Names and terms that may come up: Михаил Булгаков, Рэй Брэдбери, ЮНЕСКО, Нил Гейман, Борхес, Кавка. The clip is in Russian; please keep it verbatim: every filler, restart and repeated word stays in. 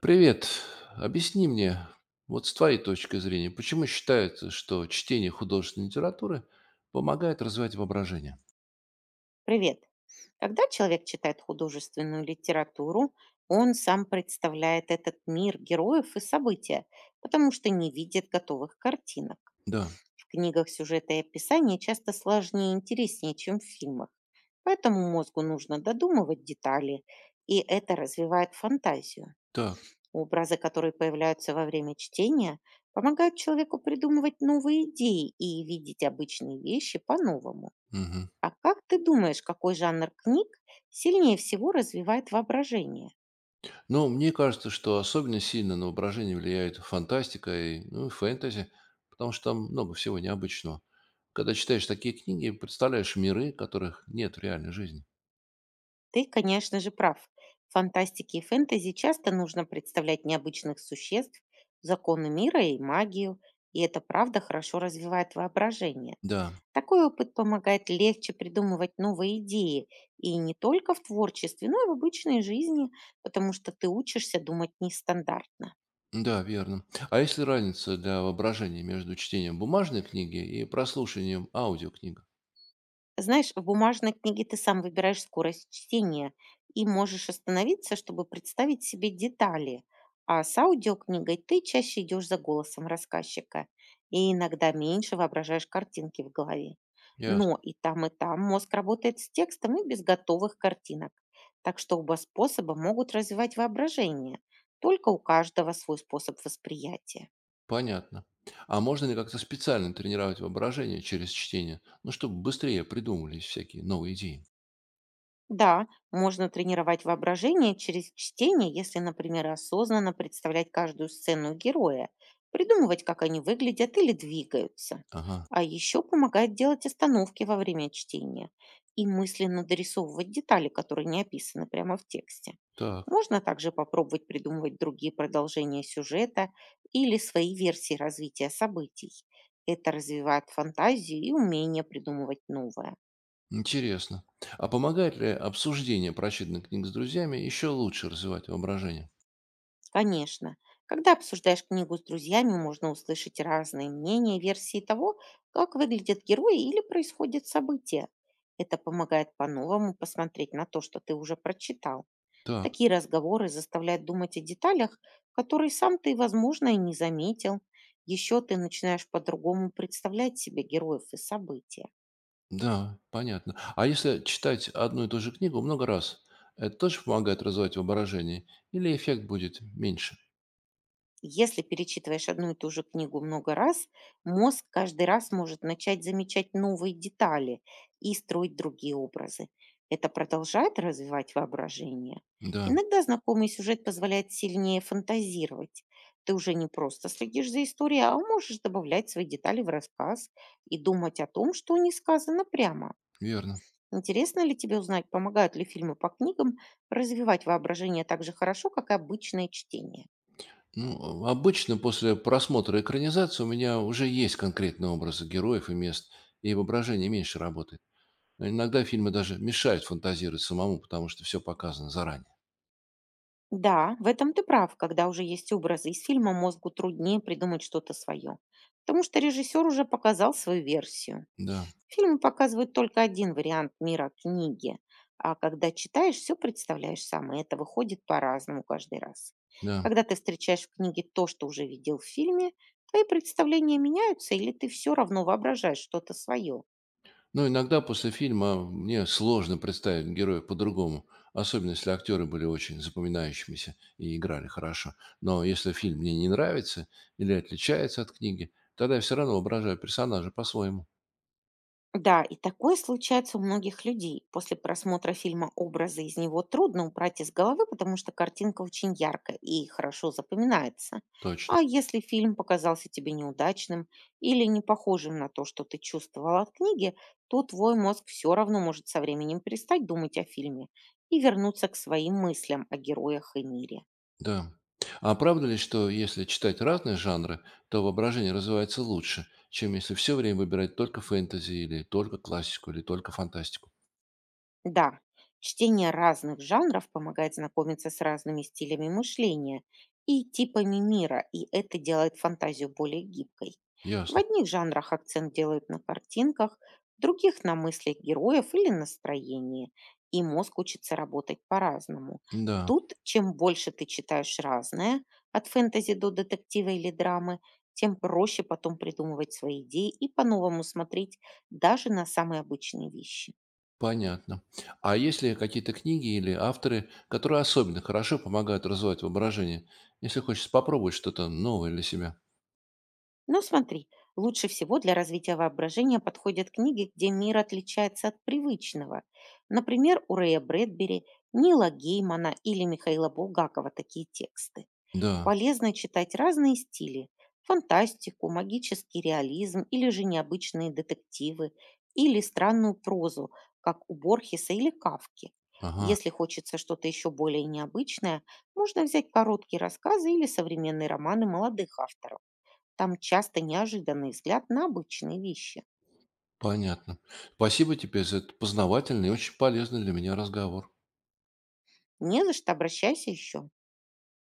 Привет. Объясни мне, вот с твоей точки зрения, почему считается, что чтение художественной литературы помогает развивать воображение? Привет. Когда человек читает художественную литературу, он сам представляет этот мир героев и события, потому что не видит готовых картинок. Да, В книгах сюжеты и описания часто сложнее и интереснее, чем в фильмах. Поэтому мозгу нужно додумывать детали, и это развивает фантазию. так. Образы, которые появляются во время чтения, помогают человеку придумывать новые идеи и видеть обычные вещи по-новому. Мгм. А как ты думаешь, какой жанр книг сильнее всего развивает воображение? Ну, мне кажется, что особенно сильно на воображение влияет фантастика и ну, и фэнтези, потому что там много всего необычного. Когда читаешь такие книги, представляешь миры, которых нет в реальной жизни. Ты, конечно же, прав. В фантастике и фэнтези часто нужно представлять необычных существ, законы мира и магию, и это правда хорошо развивает воображение. Да, Такой опыт помогает легче придумывать новые идеи, и не только в творчестве, но и в обычной жизни, потому что ты учишься думать нестандартно. да, верно. А если разница для воображения между чтением бумажной книги и прослушиванием аудиокниг? Знаешь, в бумажной книге ты сам выбираешь скорость чтения и можешь остановиться, чтобы представить себе детали. А с аудиокнигой ты чаще идешь за голосом рассказчика и иногда меньше воображаешь картинки в голове. Ясно. Но и там, и там мозг работает с текстом и без готовых картинок. Так что оба способа могут развивать воображение. Только у каждого свой способ восприятия. Понятно. А можно ли как-то специально тренировать воображение через чтение? Ну, чтобы быстрее придумывались всякие новые идеи. Да, можно тренировать воображение через чтение, если, например, осознанно представлять каждую сцену героя, придумывать, как они выглядят или двигаются. Ага, А еще помогает делать остановки во время чтения и мысленно дорисовывать детали, которые не описаны прямо в тексте. так, Можно также попробовать придумывать другие продолжения сюжета или свои версии развития событий. Это развивает фантазию и умение придумывать новое. интересно. А помогает ли обсуждение прочитанных книг с друзьями еще лучше развивать воображение? Конечно. Когда обсуждаешь книгу с друзьями, можно услышать разные мнения, версии того, как выглядят герои или происходят события. Это помогает по-новому посмотреть на то, что ты уже прочитал. Так, Такие разговоры заставляют думать о деталях, которые сам ты, возможно, и не заметил. Еще ты начинаешь по-другому представлять себе героев и события. да, понятно. А если читать одну и ту же книгу много раз, это тоже помогает развивать воображение? Или эффект будет меньше? Если перечитываешь одну и ту же книгу много раз, мозг каждый раз может начать замечать новые детали и строить другие образы. Это продолжает развивать воображение. Да, Иногда знакомый сюжет позволяет сильнее фантазировать. Ты уже не просто следишь за историей, а можешь добавлять свои детали в рассказ и думать о том, что не сказано прямо. верно. Интересно ли тебе узнать, помогают ли фильмы по книгам развивать воображение так же хорошо, как и обычное чтение? Ну, обычно после просмотра экранизации у меня уже есть конкретные образы героев и мест, и воображение меньше работает. Но иногда фильмы даже мешают фантазировать самому, потому что все показано заранее. Да, в этом ты прав. Когда уже есть образы из фильма, мозгу труднее придумать что-то свое. Потому что режиссер уже показал свою версию. Да, Фильмы показывают только один вариант мира книги. А когда читаешь, все представляешь сам, и это выходит по-разному каждый раз. да. Когда ты встречаешь в книге то, что уже видел в фильме, твои представления меняются, или ты все равно воображаешь что-то свое. Но иногда после фильма мне сложно представить героя по-другому, особенно если актеры были очень запоминающимися и играли хорошо. Но если фильм мне не нравится или отличается от книги, тогда я все равно воображаю персонажа по-своему. Да, и такое случается у многих людей. После просмотра фильма образы из него трудно убрать из головы, потому что картинка очень яркая и хорошо запоминается. Точно. А если фильм показался тебе неудачным или не похожим на то, что ты чувствовал от книги, то твой мозг все равно может со временем перестать думать о фильме и вернуться к своим мыслям о героях и мире. Да. А правда ли, что если читать разные жанры, то воображение развивается лучше, чем если все время выбирать только фэнтези или только классику или только фантастику? Да, чтение разных жанров помогает знакомиться с разными стилями мышления и типами мира, и это делает фантазию более гибкой. В Ясно. одних жанрах акцент делают на картинках, в других– на мыслях героев или настроении, и мозг учится работать по-разному. Да, Тут, чем больше ты читаешь разное, от фэнтези до детектива или драмы, тем проще потом придумывать свои идеи и по-новому смотреть даже на самые обычные вещи. понятно. А есть ли какие-то книги или авторы, которые особенно хорошо помогают развивать воображение, если хочется попробовать что-то новое для себя? Но смотри, лучше всего для развития воображения подходят книги, где мир отличается от привычного. Например, у Рэя Брэдбери, Нила Геймана или Михаила Булгакова такие тексты. Да, Полезно читать разные стили– фантастику, магический реализм или же необычные детективы, или странную прозу, как у Борхеса или Кавки. ага, Если хочется что-то еще более необычное, можно взять короткие рассказы или современные романы молодых авторов. Там часто неожиданный взгляд на обычные вещи. понятно. Спасибо тебе за этот познавательный и очень полезный для меня разговор. Не за что, обращайся еще.